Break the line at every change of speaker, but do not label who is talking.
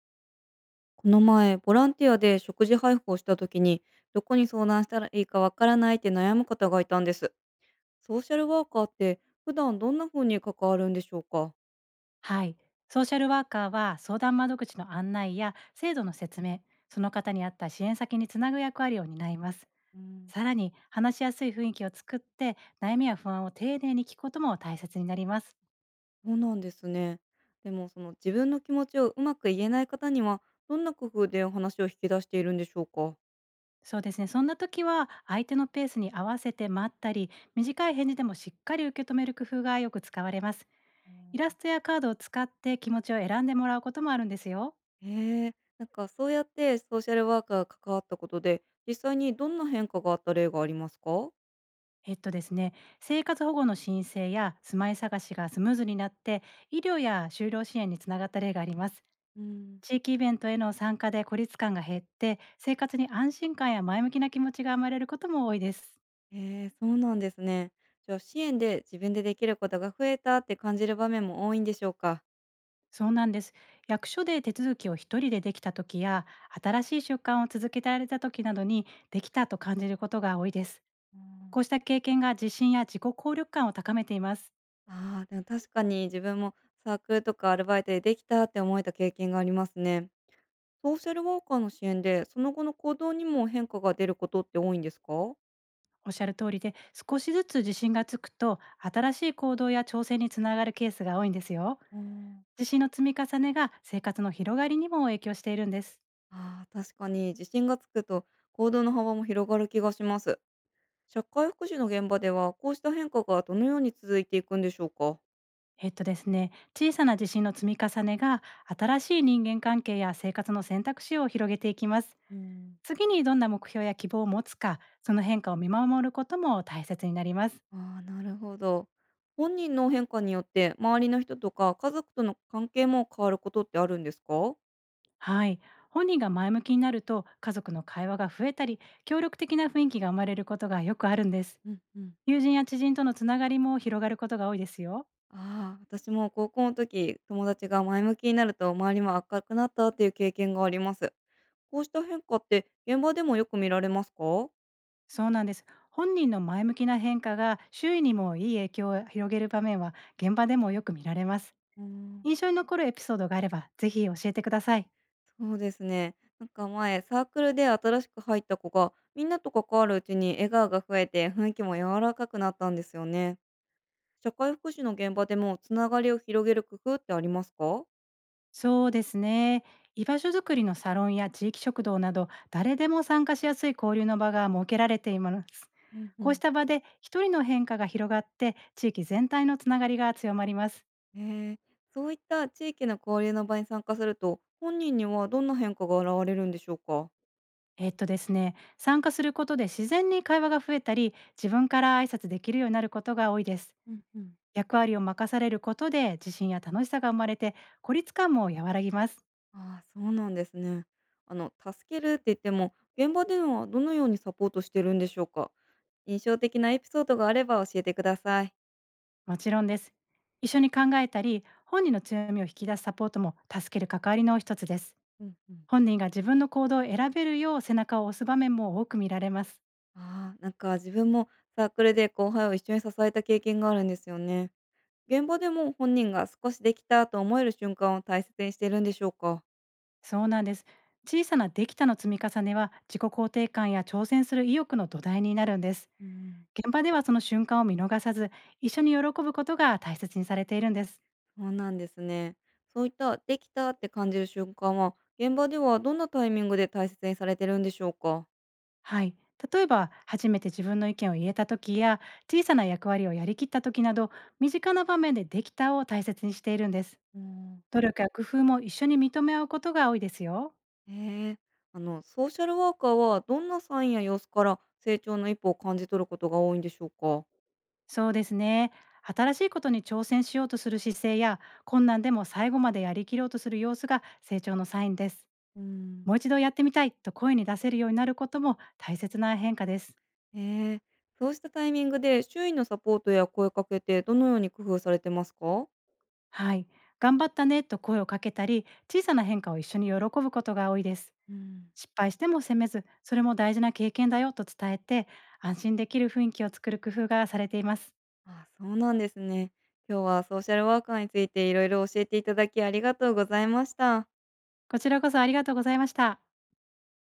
この前、ボランティアで食事配布をした時に、どこに相談したらいいかわからないって悩む方がいたんです。ソーシャルワーカーって普段どんな風に関わるんでしょうか？
はい。ソーシャルワーカーは相談窓口の案内や制度の説明、その方に合った支援先につなぐ役割を担います。
うん、
さらに、話しやすい雰囲気を作って、悩みや不安を丁寧に聞くことも大切になります。
そうなんですね。でも、その自分の気持ちをうまく言えない方には、どんな工夫でお話を引き出しているんでしょうか？
そうですね。そんな時は、相手のペースに合わせて待ったり、短い返事でもしっかり受け止める工夫がよく使われます。
う
イラ
ん。
ストやカードを使って気持ちを選んでもらうこともあるんですよ。
へえ、そうやってソーシャルワーカーが関わったことで、実際にどんな変化があった例がありますか？
えっとですね、生活保護の申請や住まい探しがスムーズになって、医療や就労支援につながった例があります。
うん。
地域イベントへの参加で孤立感が減って、生活に安心感や前向きな気持ちが生まれることも多いです。
ええ、そうなんですね。じゃあ、支援で自分でできることが増えたって感じる場面も多いんでしょうか？
そうなんです。役所で手続きを一人でできた時や、新しい習慣を続けられた時などに、できたと感じることが多いです。
う
こ
ん、
うした経験が自信や自己効力感を高めています。
ああー、でも確かに自分もサークルとかアルバイトでできたって思えた経験がありますね。ソーシャルワーカーの支援で、その後の行動にも変化が出ることって多いんですか？
おっしゃる通りで、少しずつ自信がつくと、新しい行動や挑戦につながるケースが多いんですよ。
うん。
自信の積み重ねが生活の広がりにも影響しているんです。
ああ、確かに自信がつくと行動の幅も広がる気がします。社会福祉の現場ではこうした変化がどのように続いていくんでしょうか？
えっとですね、小さな自信の積み重ねが、新しい人間関係や生活の選択肢を広げていきます。
うん。
次にどんな目標や希望を持つか、その変化を見守ることも大切になります。
ああ、なるほど。本人の変化によって周りの人とか家族との関係も変わることってあるんですか？
はい。本人が前向きになると、家族の会話が増えたり、協力的な雰囲気が生まれることがよくあるんです。
うんうん。
友人や知人とのつながりも広がることが多いですよ。
ああ、私も高校の時、友達が前向きになると周りも明るくなったっていう経験があります。こうした変化って現場でもよく見られますか？
そうなんです。本人の前向きな変化が周囲にもいい影響を広げる場面は、現場でもよく見られます。
うーん。
印象に残るエピソードがあれば、ぜひ教えてください。
そうですね。前、サークルで新しく入った子が、みんなと関わるうちに笑顔が増えて雰囲気も柔らかくなったんですよね。社会福祉の現場でもつながりを広げる工夫ってありますか？
そうですね。居場所づくりのサロンや地域食堂など、誰でも参加しやすい交流の場が設けられています。
うんう
こう
ん、
した場で一人の変化が広がって、地域全体のつながりが強まります。
ええ。そういった地域の交流の場に参加すると本人にはどんな変化が現れるんでしょうか？
えっとですね、参加することで自然に会話が増えたり、自分から挨拶できるようになることが多いです。
うんうん、
役割を任されることで自信や楽しさが生まれて、孤立感も和らぎます。
ああそうなんですね。あの、助けるって言っても現場ではどのようにサポートしてるんでしょうか？印象的なエピソードがあれば教えてください。
もちろんです。一緒に考えたり、本人の強みを引き出すサポートも、助ける関わりの一つです。
うんうん。
本人が自分の行動を選べるよう背中を押す場面も多く見られます。
ああ、自分もサークルで後輩を一緒に支えた経験があるんですよね。現場でも本人が少しできたと思える瞬間を大切にしているんでしょうか？
そうなんです。小さなできたの積み重ねは、自己肯定感や挑戦する意欲の土台になるんです。
うん、
現場ではその瞬間を見逃さず、一緒に喜ぶことが大切にされているんです。
そうなんですね。そういったできたって感じる瞬間は、現場ではどんなタイミングで大切にされてるんでしょうか？
はい。例えば、初めて自分の意見を言えた時や、小さな役割をやりきった時など、身近な場面でできたを大切にしているんです。
うん、
努力や工夫も一緒に認め合うことが多いですよ。
へえ、あの、ソーシャルワーカーはどんなサインや様子から成長の一歩を感じ取ることが多いんでしょうか？
そうですね。新しいことに挑戦しようとする姿勢や、困難でも最後までやりきろうとする様子が成長のサインです。
うん、
もう一度やってみたいと声に出せるようになることも大切な変化です。
へえ、そうしたタイミングで周囲のサポートや声かけってどのように工夫されてますか？
はい。頑張ったねと声をかけたり、小さな変化を一緒に喜ぶことが多いです。
うん。
失敗しても責めず、それも大事な経験だよと伝えて、安心できる雰囲気を作る工夫がされています。
あ、そうなんですね。今日はソーシャルワーカーについていろいろ教えていただきありがとうございました。
こちらこそありがとうございました。